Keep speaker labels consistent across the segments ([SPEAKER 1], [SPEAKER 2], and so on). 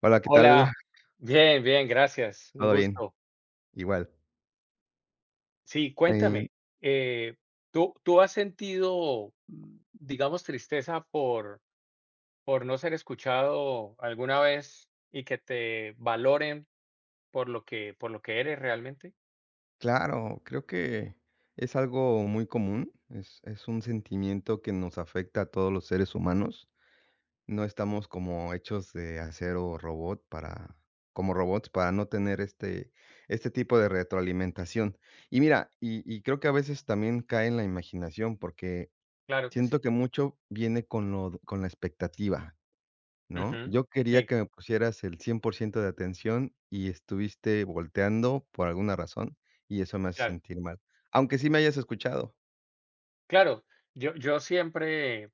[SPEAKER 1] Hola, ¿qué tal?
[SPEAKER 2] Hola, bien, bien, gracias, un
[SPEAKER 1] Todo bien,
[SPEAKER 2] gusto.
[SPEAKER 1] igual.
[SPEAKER 2] Sí,
[SPEAKER 1] Eh,
[SPEAKER 2] cuéntame, eh, ¿tú has sentido, digamos, tristeza por no ser escuchado alguna vez y que te valoren por por lo que eres realmente?
[SPEAKER 1] claro, creo que es algo muy común, es un sentimiento que nos afecta a todos los seres humanos. No estamos como hechos de acero robot para, como robots para no tener este tipo de retroalimentación. Y mira, y creo que a veces también cae en la imaginación, porque
[SPEAKER 2] Claro que sí.
[SPEAKER 1] siento que mucho viene con con la expectativa. ¿No?
[SPEAKER 2] Ujú.
[SPEAKER 1] Yo quería
[SPEAKER 2] Sí,
[SPEAKER 1] que me pusieras el 100% de atención y estuviste volteando por alguna razón, y eso me hace
[SPEAKER 2] claro.
[SPEAKER 1] sentir mal, aunque sí me hayas escuchado,
[SPEAKER 2] Claro, yo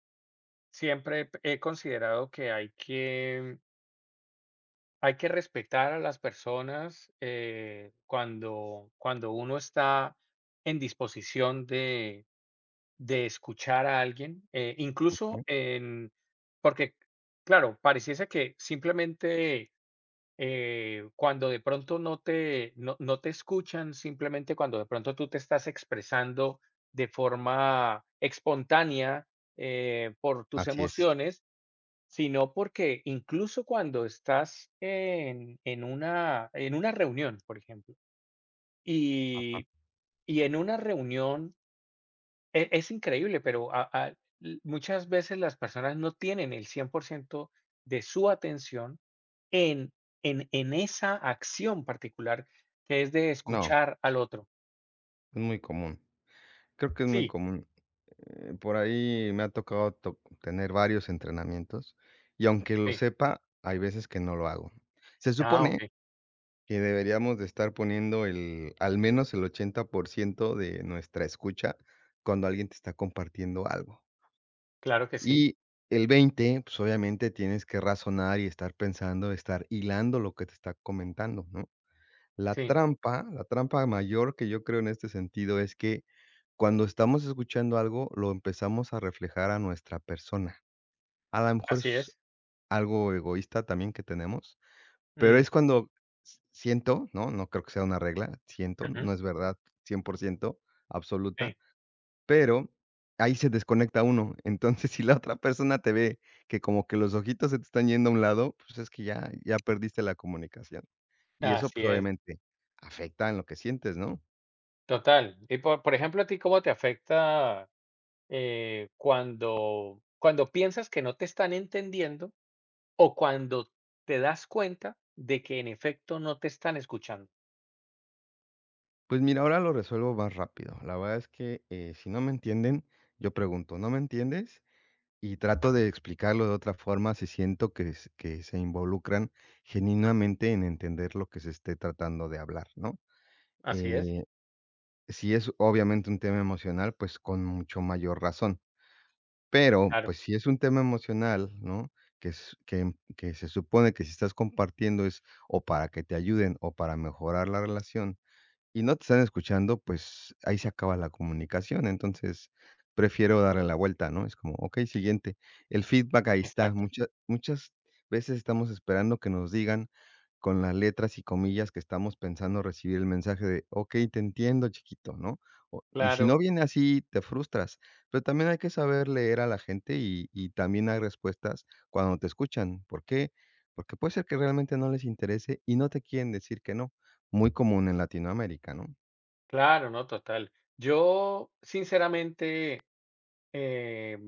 [SPEAKER 2] siempre he considerado que hay que respetar a las personas cuando uno está en disposición de escuchar a alguien,
[SPEAKER 1] ¿no?
[SPEAKER 2] incluso en, porque, claro, pareciese que simplemente cuando de pronto no te escuchan, simplemente cuando de pronto tú te estás expresando de forma espontánea, por tus
[SPEAKER 1] Así es.
[SPEAKER 2] emociones. Sino porque incluso cuando estás en en una reunión, por ejemplo,
[SPEAKER 1] Ajá.
[SPEAKER 2] y y en una reunión es increíble, pero a l muchas veces las personas no tienen el 100% de su atención en en esa acción particular, que es de
[SPEAKER 1] No,
[SPEAKER 2] escuchar al otro.
[SPEAKER 1] es muy común. Creo que es muy
[SPEAKER 2] Sí,
[SPEAKER 1] común. Por ahí me ha tocado to tener varios entrenamientos, y aunque lo
[SPEAKER 2] sí.
[SPEAKER 1] sepa, hay veces que no lo hago. Se
[SPEAKER 2] Ah,
[SPEAKER 1] supone
[SPEAKER 2] okey.
[SPEAKER 1] que deberíamos de estar poniendo el al menos el 80% de nuestra escucha cuando alguien te está compartiendo algo.
[SPEAKER 2] Claro que sí.
[SPEAKER 1] Y el 20, pues, obviamente tienes que razonar y estar pensando, estar hilando lo que te está comentando, ¿no? La
[SPEAKER 2] Sí,
[SPEAKER 1] trampa la trampa mayor que yo creo en este sentido es que cuando estamos escuchando algo, lo empezamos a reflejar a nuestra persona. A lo mejor
[SPEAKER 2] así
[SPEAKER 1] es
[SPEAKER 2] es.
[SPEAKER 1] algo egoísta también que tenemos, pero
[SPEAKER 2] Mm,
[SPEAKER 1] es cuando s siento, ¿no? No creo que sea una regla, siento,
[SPEAKER 2] ujú,
[SPEAKER 1] no es verdad 100%, absoluta,
[SPEAKER 2] sí,
[SPEAKER 1] pero ahí se desconecta uno. Entonces, si la otra persona te ve que como que los ojitos se te están yendo a un lado, pues es que ya perdiste la comunicación. Y eso,
[SPEAKER 2] así
[SPEAKER 1] pues,
[SPEAKER 2] es.
[SPEAKER 1] obviamente afecta en lo que sientes, ¿no?
[SPEAKER 2] Total. Y por ejemplo, ¿a ti cómo te afecta, cuando piensas que no te están entendiendo o cuando te das cuenta de que en efecto no te están escuchando?
[SPEAKER 1] Pues mira, ahora lo resuelvo más rápido. La verdad es que, si no me entienden, yo pregunto: "¿No me entiendes?". Y trato de explicarlo de otra forma si siento que s que se involucran genuinamente en entender lo que se esté tratando de hablar, ¿no?
[SPEAKER 2] Así es.
[SPEAKER 1] Eh Si es obviamente un tema emocional, pues con mucho mayor razón. Pero,
[SPEAKER 2] Claro,
[SPEAKER 1] pues si es un tema emocional, ¿no? Que es que que se supone que si estás compartiendo es o para que te ayuden o para mejorar la relación, y no te están escuchando, pues ahí se acaba la comunicación. Entonces, prefiero darle la vuelta, ¿no? Es como, okey, siguiente. El feedback ahí está.
[SPEAKER 2] exacto.
[SPEAKER 1] Muchas veces estamos esperando que nos digan con las letras y comillas que estamos pensando recibir el mensaje de: "Okey, te entiendo, chiquito", ¿no? O y si
[SPEAKER 2] Claro,
[SPEAKER 1] no viene así, te frustras. Pero también hay que saber leer a la gente y también hay respuestas cuando te escuchan. ¿Por qué? Porque puede ser que realmente no les interese y no te quieren decir que no. Muy común en Latinoamérica, ¿no?
[SPEAKER 2] claro, no, total. Yo, sinceramente, eh,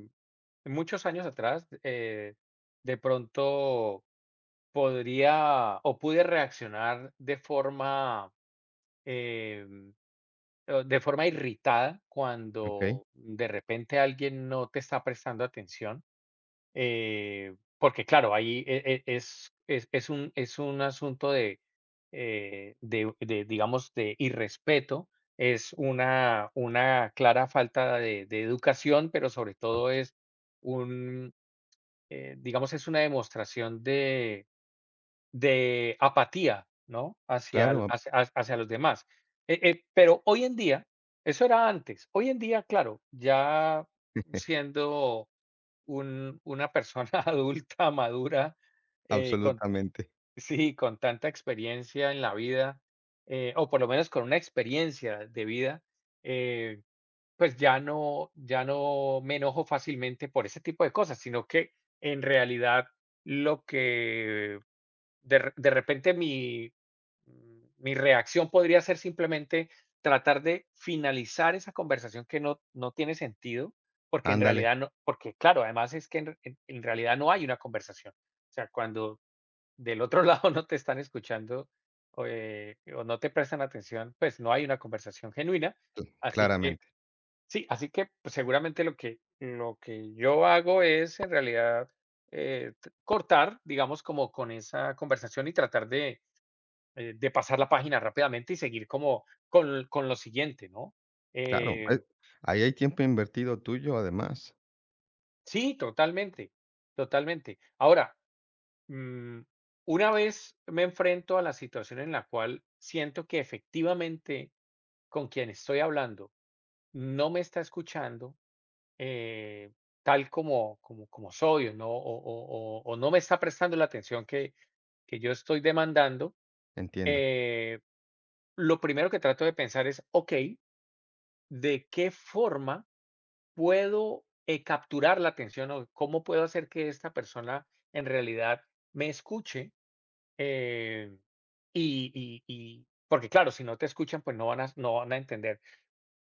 [SPEAKER 2] muchos años atrás, de pronto podría o pude reaccionar de forma, eh, o de forma irritada,
[SPEAKER 1] Okey.
[SPEAKER 2] cuando de repente alguien no te está prestando atención, porque claro, ahí es un, asunto de, digamos, de irrespeto, es una clara falta de educación, pero sobre todo
[SPEAKER 1] Abs
[SPEAKER 2] es un, digamos, es una demostración de apatía, ¿no? Hacia
[SPEAKER 1] claro,
[SPEAKER 2] el
[SPEAKER 1] ab
[SPEAKER 2] hacia ha Hacia los demás. Pero hoy en día, eso era antes. Hoy en día, claro, ya siendo un una persona adulta, madura, con
[SPEAKER 1] absolutamente.
[SPEAKER 2] sí, con tanta experiencia en la vida, o por lo menos con una experiencia de vida, eh, pues ya no me enojo fácilmente por ese tipo de cosas, sino que en realidad lo que de repente mi, mi reacción podría ser simplemente tratar de finalizar esa conversación que no tiene sentido, porque en
[SPEAKER 1] Ándale,
[SPEAKER 2] realidad no, porque claro, además es que en re- en realidad no hay una conversación. O sea, cuando del otro lado no te están escuchando, o no te prestan atención, pues no hay una conversación genuina.
[SPEAKER 1] cl
[SPEAKER 2] Así que.
[SPEAKER 1] claramente,
[SPEAKER 2] Sí, así que, pues, seguramente lo que yo hago es, en realidad, t cortar, digamos, como con esa conversación y tratar de pasar la página rápidamente y seguir como con lo siguiente, ¿no?
[SPEAKER 1] claro. Eh,
[SPEAKER 2] Eh,
[SPEAKER 1] ahí hay tiempo invertido tuyo, además.
[SPEAKER 2] sí, totalmente, totalmente. Ahora, mm, una vez me enfrento a la situación en la cual siento que efectivamente con quien estoy hablando no me está escuchando, eh, tal como soy o no, o no me está prestando la atención que yo estoy demandando,
[SPEAKER 1] Entiendo.
[SPEAKER 2] eh, lo primero que trato de pensar es, ok, ¿de qué forma puedo, capturar la atención o cómo puedo hacer que esta persona en realidad me escuche? Eh, Porque claro, si no te escuchan, pues no van a entender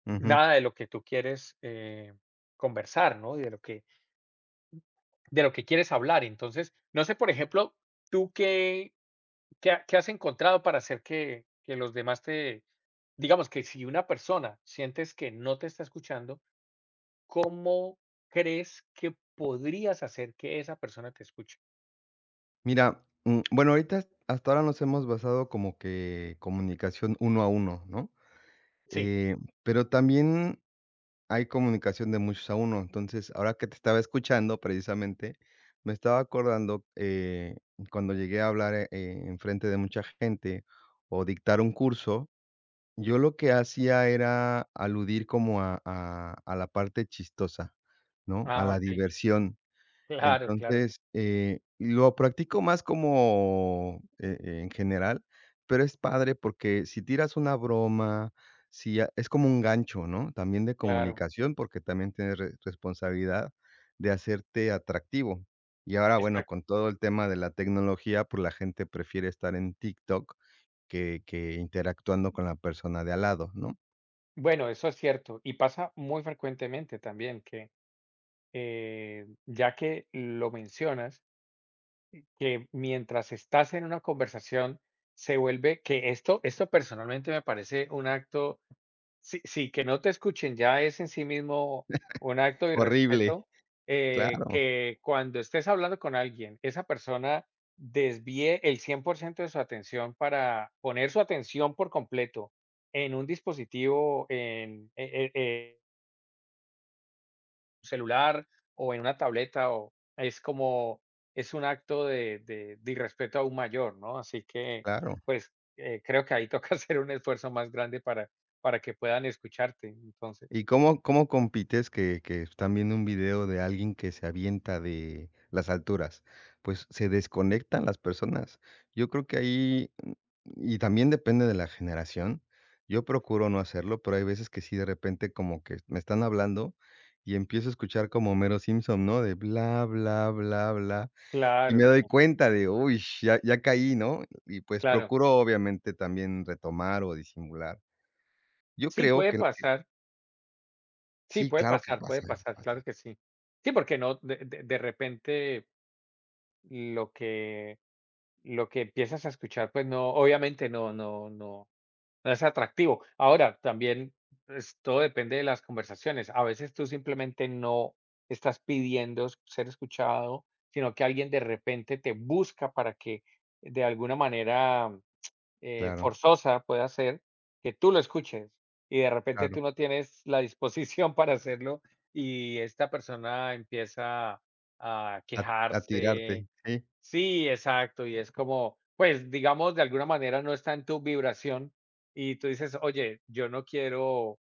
[SPEAKER 1] Ujú.
[SPEAKER 2] nada de lo que tú quieres, conversar, ¿no? Y de lo que quieres hablar. Entonces, no sé, por ejemplo, tú qué, qué has encontrado para hacer que los demás te, digamos que si una persona sientes que no te está escuchando, ¿cómo crees que podrías hacer que esa persona te escuche?
[SPEAKER 1] Mira, bueno, ahorita hasta ahora nos hemos basado como que comunicación uno a uno, ¿no?
[SPEAKER 2] Sí.
[SPEAKER 1] Eh, pero también hay comunicación de muchos a uno. Entonces, ahora que te estaba escuchando precisamente, me estaba acordando, cuando llegué a hablar, en frente de mucha gente o dictar un curso, yo lo que hacía era aludir como a la parte chistosa, ¿no? A
[SPEAKER 2] Ah,
[SPEAKER 1] la
[SPEAKER 2] ok.
[SPEAKER 1] diversión.
[SPEAKER 2] Claro, claro,
[SPEAKER 1] Entonces, lo practico más como, en general, pero es padre porque si tiras una broma, si a es como un gancho, ¿no? También de
[SPEAKER 2] claro.
[SPEAKER 1] comunicación, porque también tienes re responsabilidad de hacerte atractivo. Y ahora, bueno,
[SPEAKER 2] Exacto.
[SPEAKER 1] con todo el tema de la tecnología, pues, la gente prefiere estar en TikTok que interactuando con la persona de al lado, ¿no?
[SPEAKER 2] Bueno, eso es cierto. Y pasa muy frecuentemente también que, ya que lo mencionas, que mientras estás en una conversación se vuelve que esto personalmente me parece un acto, sí, sí, que no te escuchen ya es en sí mismo un acto de
[SPEAKER 1] Horrible.
[SPEAKER 2] irrespeto,
[SPEAKER 1] Claro,
[SPEAKER 2] que cuando estés hablando con alguien, esa persona desvíe el 100% de su atención para poner su atención por completo en un dispositivo, en, e e celular o en una tableta, o es como es un acto de irrespeto aún mayor, ¿no? Así que,
[SPEAKER 1] claro.
[SPEAKER 2] pues, creo que ahí toca hacer un esfuerzo más grande para que puedan escucharte. Entonces,
[SPEAKER 1] ¿Y cómo compites que están viendo un video de alguien que se avienta de las alturas? Pues, se desconectan las personas. Yo creo que ahí, y también depende de la generación. Yo procuro no hacerlo, pero hay veces que sí, de repente, como que me están hablando y empiezo a escuchar como Homero Simpson, ¿no? De bla, bla, bla, bla, y
[SPEAKER 2] claro,
[SPEAKER 1] me doy
[SPEAKER 2] sí,
[SPEAKER 1] cuenta de, uy, ya caí, ¿no? Y, pues,
[SPEAKER 2] claro.
[SPEAKER 1] procuro, obviamente, también retomar o disimular. Yo
[SPEAKER 2] Sí,
[SPEAKER 1] creo
[SPEAKER 2] puede
[SPEAKER 1] que
[SPEAKER 2] pasar, sí,
[SPEAKER 1] sí, claro que
[SPEAKER 2] puede
[SPEAKER 1] pasa,
[SPEAKER 2] pasar,
[SPEAKER 1] pasa.
[SPEAKER 2] claro que sí. Sí, porque no, de repente lo que, lo que empiezas a escuchar, pues no, obviamente no, no, no es atractivo. Ahora, también, pues, todo depende de las conversaciones. A veces tú simplemente no estás pidiendo s ser escuchado, sino que alguien de repente te busca para que, de alguna manera,
[SPEAKER 1] Claro,
[SPEAKER 2] forzosa, pueda ser que tú lo escuches, y de repente tú
[SPEAKER 1] claro.
[SPEAKER 2] no tienes la disposición para hacerlo, y esta persona empieza a
[SPEAKER 1] A tirarte,
[SPEAKER 2] quejarse.
[SPEAKER 1] sí,
[SPEAKER 2] Sí, exacto, y es como, pues, digamos, de alguna manera no está en tu vibración y tú dices: "Oye, yo no quiero,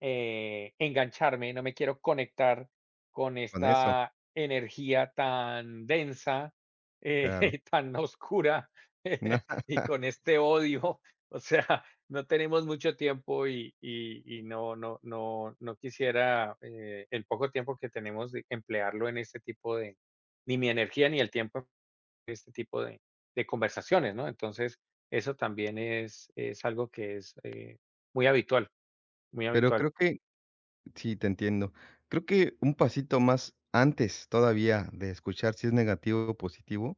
[SPEAKER 2] engancharme, no me quiero conectar con
[SPEAKER 1] con eso,
[SPEAKER 2] esta energía tan densa, eh,
[SPEAKER 1] claro.
[SPEAKER 2] tan oscura, y con este odio". O sea, no tenemos mucho tiempo y no quisiera, el poco tiempo que tenemos de emplearlo en este tipo de, ni mi energía ni el tiempo, este tipo de conversaciones, ¿no? Entonces, eso también es algo que es, muy habitual, muy
[SPEAKER 1] Pero
[SPEAKER 2] habitual.
[SPEAKER 1] creo que sí, te entiendo. Creo que un pasito más antes todavía de escuchar si es negativo o positivo,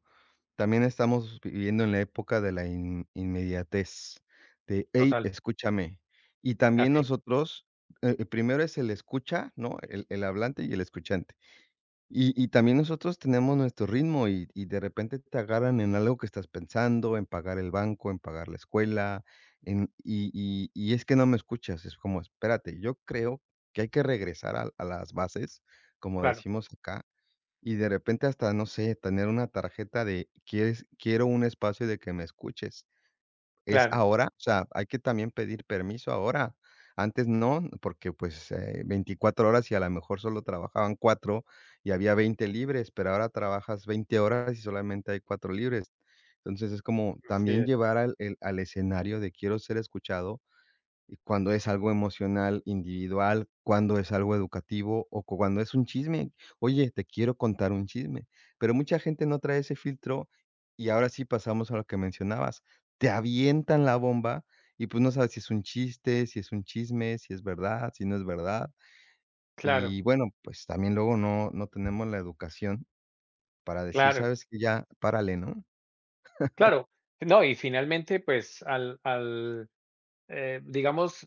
[SPEAKER 1] también estamos viviendo en la época de la in inmediatez, de: "Hey,
[SPEAKER 2] Total,
[SPEAKER 1] escúchame". Y también
[SPEAKER 2] así,
[SPEAKER 1] nosotros, primero es el escucha, ¿no? El hablante y el escuchante. Y también nosotros tenemos nuestro ritmo y de repente te agarran en algo que estás pensando, en pagar el banco, en pagar la escuela, en y es que no me escuchas, es como, espérate, yo creo que hay que regresar a las bases, como
[SPEAKER 2] claro,
[SPEAKER 1] decimos acá, y de repente hasta, no sé, tener una tarjeta de quieres quiero un espacio de que me escuches. Es
[SPEAKER 2] claro,
[SPEAKER 1] ahora, o sea, hay que también pedir permiso ahora. Antes no, porque, pues, 24 horas y a lo mejor solo trabajaban 4 y había 20 libres, pero ahora trabajas 20 horas y solamente hay 4 libres. Entonces, es como
[SPEAKER 2] así
[SPEAKER 1] también
[SPEAKER 2] es,
[SPEAKER 1] llevar al escenario de quiero ser escuchado y cuando es algo emocional, individual, cuando es algo educativo o cuando es un chisme. Oye, te quiero contar un chisme. Pero mucha gente no trae ese filtro y ahora sí pasamos a lo que mencionabas. Te avientan la bomba y pues no sabes si es un chiste, si es un chisme, si es verdad, si no es verdad.
[SPEAKER 2] claro,
[SPEAKER 1] Y bueno, pues también luego no, no tenemos la educación para decir,
[SPEAKER 2] claro,
[SPEAKER 1] sabes que ya, párale, ¿no?
[SPEAKER 2] claro. No, y finalmente, pues, digamos,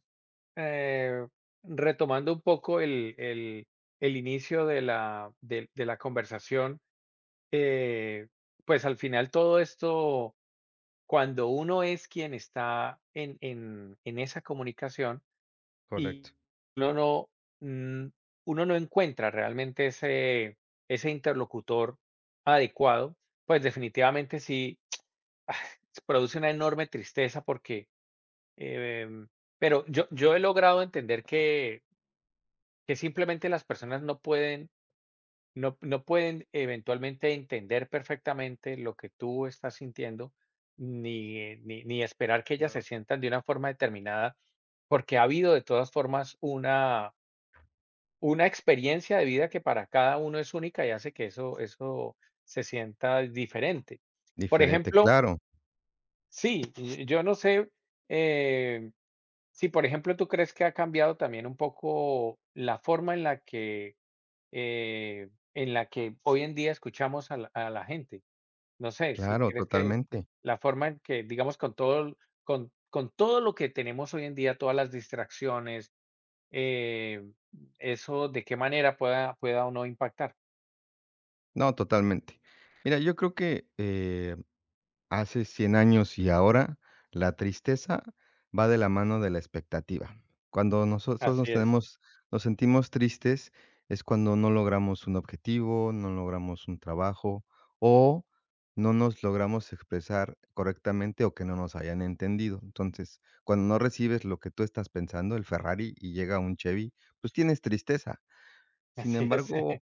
[SPEAKER 2] eh, retomando un poco el inicio de la conversación, eh, pues, al final todo esto. Cuando uno es quien está en esa comunicación
[SPEAKER 1] Correcto.
[SPEAKER 2] y uno no, mm, uno no encuentra realmente ese interlocutor adecuado, pues definitivamente sí produce una enorme tristeza em, pero yo he logrado entender que simplemente las personas no pueden, no pueden eventualmente entender perfectamente lo que tú estás sintiendo, ni esperar que ellas
[SPEAKER 1] No.
[SPEAKER 2] se sientan de una forma determinada, porque ha habido de todas formas una experiencia de vida que para cada uno es única y hace que eso se sienta diferente. Por
[SPEAKER 1] Diferente,
[SPEAKER 2] ejemplo,
[SPEAKER 1] claro,
[SPEAKER 2] sí, yo no sé, eh, si, por ejemplo, tú crees que ha cambiado también un poco la forma en la que, en la que hoy en día escuchamos a la gente. No sé, si
[SPEAKER 1] claro,
[SPEAKER 2] crees que
[SPEAKER 1] totalmente.
[SPEAKER 2] la forma en que, digamos, con todo, con todo lo que tenemos hoy en día, todas las distracciones, eh, eso de qué manera pueda o no impactar.
[SPEAKER 1] No, totalmente. Mira, yo creo que, hace 100 años y ahora, la tristeza va de la mano de la expectativa. Cuando nosotros
[SPEAKER 2] Así es,
[SPEAKER 1] nos sentimos tristes, es cuando no logramos un objetivo, no logramos un trabajo, o no nos logramos expresar correctamente, o que no nos hayan entendido. Entonces, cuando no recibes lo que tú estás pensando, el Ferrari, y llega un Chevy, pues tienes tristeza. Sin
[SPEAKER 2] así es,
[SPEAKER 1] embargo,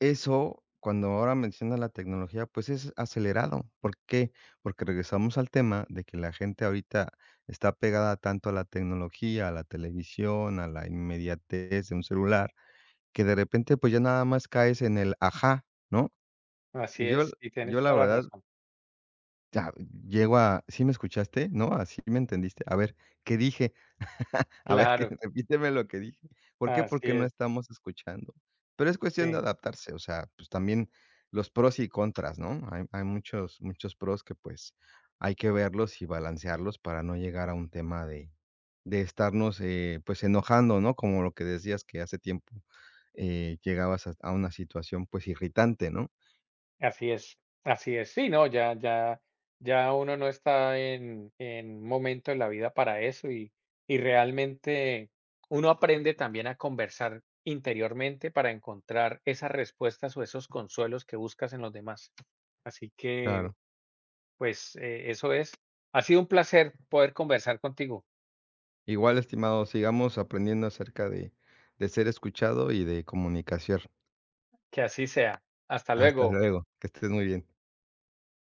[SPEAKER 1] eso, cuando ahora menciona la tecnología, pues es acelerado. ¿Por qué? Porque regresamos al tema de que la gente ahorita está pegada tanto a la tecnología, a la televisión, a la inmediatez de un celular, que de repente, pues ya nada más caes en el ajá, ¿no?
[SPEAKER 2] así
[SPEAKER 1] Y yo,
[SPEAKER 2] es, y
[SPEAKER 1] yo
[SPEAKER 2] tienes
[SPEAKER 1] la
[SPEAKER 2] toda la
[SPEAKER 1] verdad,
[SPEAKER 2] razón.
[SPEAKER 1] ya llego a, ¿sí me escuchaste? ¿No? ¿Así me entendiste? A ver, ¿qué dije? A ver, que
[SPEAKER 2] Claro,
[SPEAKER 1] repíteme lo que dije. ¿Por qué?
[SPEAKER 2] así
[SPEAKER 1] Porque no
[SPEAKER 2] es,
[SPEAKER 1] estamos escuchando. Pero es cuestión de
[SPEAKER 2] sí.
[SPEAKER 1] adaptarse, o sea, pues también los pros y contras, ¿no? Hay muchos pros que, pues, hay que verlos y balancearlos para no llegar a un tema de estarnos, pues, enojando, ¿no? Como lo que decías que hace tiempo, llegabas a una situación, pues, irritante, ¿no?
[SPEAKER 2] Así es, así es. Sí, no, ya, ya, ya uno no está en, un momento en la vida para eso y, realmente uno aprende también a conversar interiormente para encontrar esas respuestas o esos consuelos que buscas en los demás. Así que,
[SPEAKER 1] Claro.
[SPEAKER 2] pues, eso es. Ha sido un placer poder conversar contigo.
[SPEAKER 1] Igual, estimado, sigamos aprendiendo acerca de ser escuchado y de comunicación.
[SPEAKER 2] Que así sea. Hasta
[SPEAKER 1] Hasta
[SPEAKER 2] luego.
[SPEAKER 1] luego, que estés muy bien.